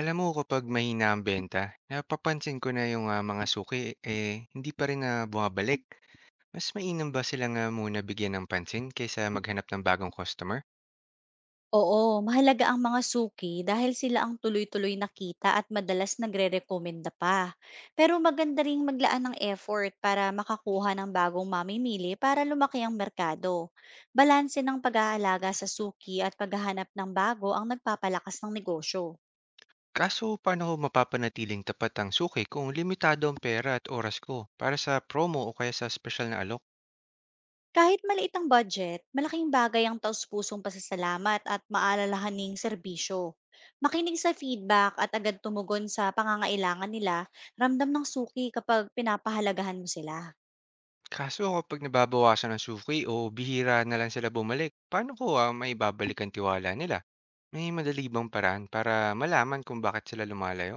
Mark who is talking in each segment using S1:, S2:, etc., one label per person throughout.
S1: Alam mo, kapag mahina ang benta, napapansin ko na yung, mga suki, eh, hindi pa rin na bumabalik. Mas mainam ba sila nga muna bigyan ng pansin kaysa maghanap ng bagong customer?
S2: Oo, mahalaga ang mga suki dahil sila ang tuloy-tuloy nakita at madalas nagre-rekomenda pa. Pero maganda ring maglaan ng effort para makakuha ng bagong mamimili para lumaki ang merkado. Balanse ng pag-aalaga sa suki at paghahanap ng bago ang nagpapalakas ng negosyo.
S1: Kaso paano ko mapapanatiling tapat ang suki kung limitado ang pera at oras ko para sa promo o kaya sa special na alok?
S2: Kahit maliit ang budget, malaking bagay ang taus-pusong pasasalamat at maalalahaning serbisyo. Makinig sa feedback at agad tumugon sa pangangailangan nila, ramdam ng suki kapag pinapahalagahan mo sila.
S1: Kaso kapag nababawasan ang suki o bihira na lang sila bumalik, paano ko maibabalik ang tiwala nila? May madali bang paraan para malaman kung bakit sila lumalayo?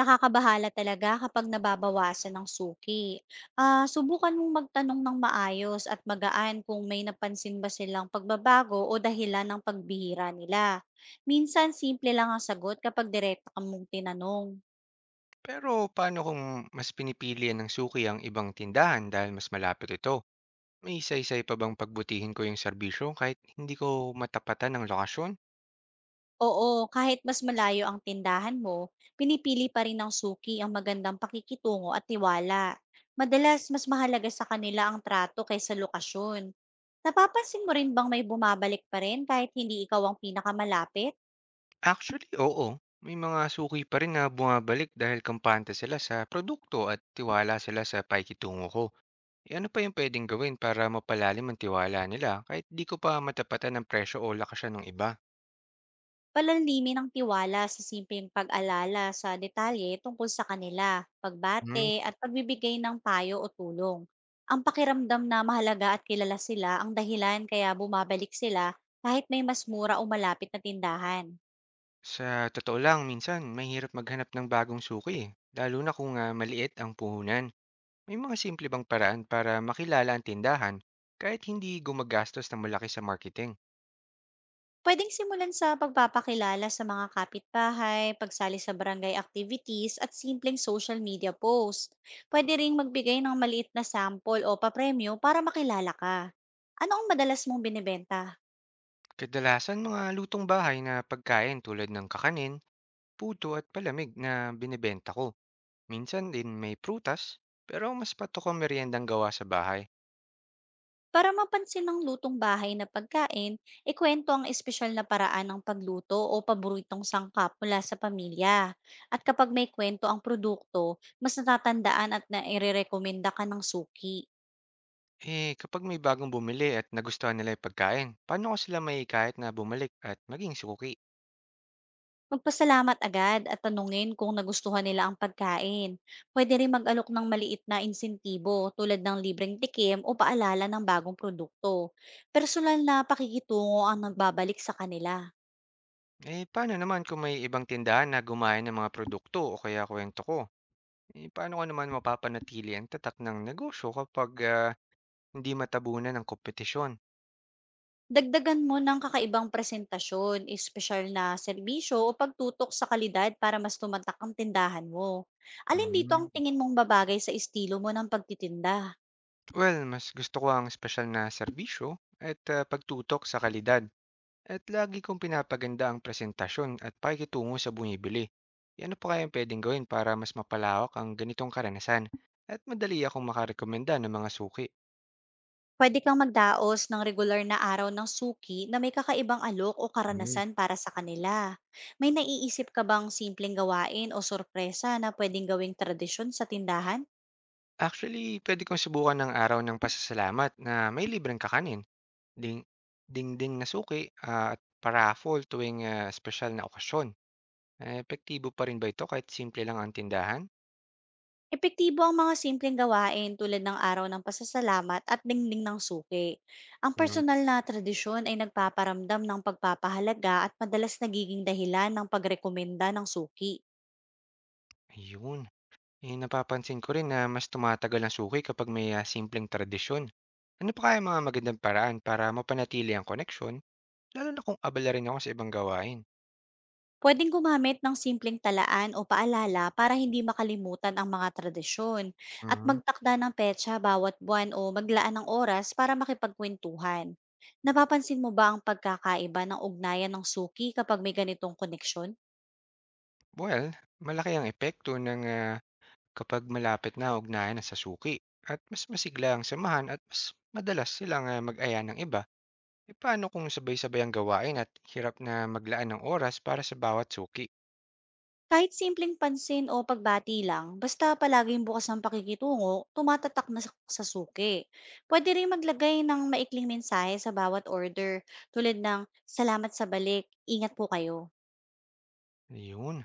S2: Nakakabahala talaga kapag nababawasan ng suki. Subukan mong magtanong ng maayos at magaan kung may napansin ba silang pagbabago o dahilan ng pagbihira nila. Minsan, simple lang ang sagot kapag direkta kang mong tinanong.
S1: Pero paano kung mas pinipili ng suki ang ibang tindahan dahil mas malapit ito? May isa-isay pa bang pagbutihin ko yung serbisyo kahit hindi ko matapatan ng lokasyon?
S2: Oo, kahit mas malayo ang tindahan mo, pinipili pa rin ng suki ang magandang pakikitungo at tiwala. Madalas, mas mahalaga sa kanila ang trato kaysa lokasyon. Napapansin mo rin bang may bumabalik pa rin kahit hindi ikaw ang pinakamalapit?
S1: Actually, oo. May mga suki pa rin na bumabalik dahil kampante sila sa produkto at tiwala sila sa paikitungo ko. E ano pa yung pwedeng gawin para mapalalim ang tiwala nila kahit di ko pa matapatan ng presyo o lakasyan ng iba?
S2: Palalamimin ang tiwala sa simpleng pag-alala sa detalye tungkol sa kanila, pagbate
S1: Hmm.
S2: at pagbibigay ng payo o tulong. Ang pakiramdam na mahalaga at kilala sila ang dahilan kaya bumabalik sila kahit may mas mura o malapit na tindahan.
S1: Sa totoo lang, minsan mahirap maghanap ng bagong suki, eh, lalo na kung maliit ang puhunan. May mga simple bang paraan para makilala ang tindahan kahit hindi gumagastos ng malaki sa marketing?
S2: Pwedeng simulan sa pagpapakilala sa mga kapitbahay, pagsali sa barangay activities at simpleng social media posts. Pwede ring magbigay ng maliit na sample o papremyo para makilala ka. Ano ang madalas mong binibenta?
S1: Kadalasan mga lutong bahay na pagkain tulad ng kakanin, puto at palamig na binebenta ko. Minsan din may prutas, pero mas patok ang meriendang gawa sa bahay.
S2: Para mapansin ng lutong bahay na pagkain, ikwento ang espesyal na paraan ng pagluto o paboritong sangkap mula sa pamilya. At kapag may kwento ang produkto, mas natatandaan at nairerekomenda ka ng suki.
S1: Eh, kapag may bagong bumili at nagustuhan nila yung pagkain, paano ko sila may kahit na bumalik at maging suki?
S2: Magpasalamat agad at tanungin kung nagustuhan nila ang pagkain. Pwede rin mag-alok ng maliit na insentibo tulad ng libreng tikim o paalala ng bagong produkto. Personal na pakikitungo ang nagbabalik sa kanila.
S1: Eh, paano naman kung may ibang tindahan na gumaya ng mga produkto o kaya kwento ko? Eh, paano ko naman mapapanatili ang tatak ng negosyo kapag hindi matabunan ng kompetisyon?
S2: Dagdagan mo ng kakaibang presentasyon, espesyal na serbisyo o pagtutok sa kalidad para mas tumatak ang tindahan mo. Alin dito ang
S1: Mm.
S2: tingin mong babagay sa estilo mo ng pagtitinda?
S1: Well, mas gusto ko ang espesyal na serbisyo at pagtutok sa kalidad. At lagi kong pinapaganda ang presentasyon at pakikitungo sa bumibili. Eh, ano pa kaya ang pwedeng gawin para mas mapalawak ang ganitong karanasan at madali akong makarekomenda ng mga suki?
S2: Pwede kang magdaos ng regular na araw ng suki na may kakaibang alok o
S1: Mm.
S2: karanasan para sa kanila. May naiisip ka bang simpleng gawain o sorpresa na pwedeng gawing tradisyon sa tindahan?
S1: Actually, pwede kong subukan ng araw ng pasasalamat na may libreng kakanin. Ding Dingding na suki, at paraffol tuwing, espesyal na okasyon. Eh, epektibo pa rin ba ito kahit simple lang ang tindahan?
S2: Epektibo ang mga simpleng gawain tulad ng araw ng pasasalamat at dingding ng suki. Ang
S1: Hmm,
S2: personal na tradisyon ay nagpaparamdam ng pagpapahalaga at madalas nagiging dahilan ng pagrekomenda ng suki.
S1: ayun. Eh, napapansin ko rin na mas tumatagal ang suki kapag may, simpleng tradisyon. Ano pa kaya ang mga magandang paraan para mapanatili ang koneksyon lalo na kung abala rin ako sa ibang gawain?
S2: Pwedeng gumamit ng simpleng talaan o paalala para hindi makalimutan ang mga tradisyon, at
S1: Mhm.
S2: magtakda ng petsa bawat buwan o maglaan ng oras para makipagkwentuhan. Napapansin mo ba ang pagkakaiba ng ugnayan ng suki kapag may ganitong koneksyon?
S1: Well, malaki ang epekto ng, kapag malapit na ang ugnayan ng sa suki at mas masigla ang samahan at mas madalas silang, mag-aya ng iba. E paano kung sabay-sabay ang gawain at hirap na maglaan ng oras para sa bawat suki?
S2: Kahit simpleng pansin o pagbati lang, basta palaging bukas ang pakikitungo, tumatatak na sa suki. Pwede rin maglagay ng maikling mensahe sa bawat order, tulad ng salamat sa balik, ingat po kayo.
S1: Yun.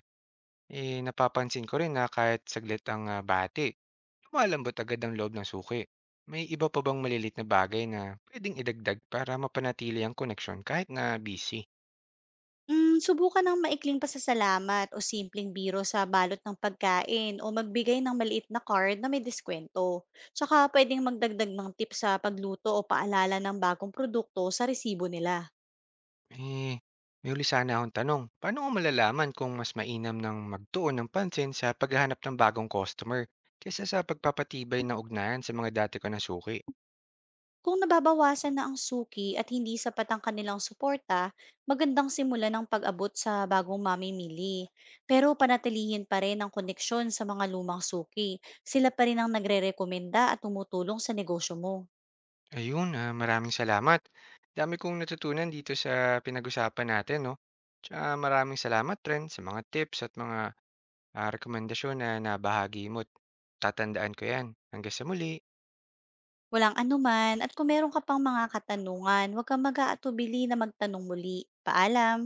S1: Eh, napapansin ko rin na kahit saglit ang bati, lumalambot agad ang loob ng suki. May iba pa bang malilit na bagay na pwedeng idagdag para mapanatili ang koneksyon kahit na busy?
S2: Subukan ng maikling pasasalamat o simpleng biro sa balot ng pagkain o magbigay ng maliit na card na may diskwento. Tsaka pwedeng magdagdag ng tip sa pagluto o paalala ng bagong produkto sa resibo nila.
S1: Eh, may huli sana akong tanong. Paano ko malalaman kung mas mainam ng magtuon ng pansin sa paghahanap ng bagong customer kaysa sa pagpapatibay ng ugnayan sa mga dati ko na suki?
S2: Kung nababawasan na ang suki at hindi sapat ang kanilang suporta, magandang simulan ng pag-abot sa bagong mamimili. Pero panatilihin pa rin ang koneksyon sa mga lumang suki. Sila pa rin ang nagre-rekomenda at tumutulong sa negosyo mo.
S1: Ayun, maraming salamat. Dami kong natutunan dito sa pinag-usapan natin, no? Tsaka maraming salamat rin sa mga tips at mga rekomendasyon na nabahagi mo. Tatandaan ko yan. Hanggang sa muli.
S2: Walang anuman, at kung meron ka pang mga katanungan, huwag kang mag-aatubili na magtanong muli. Paalam!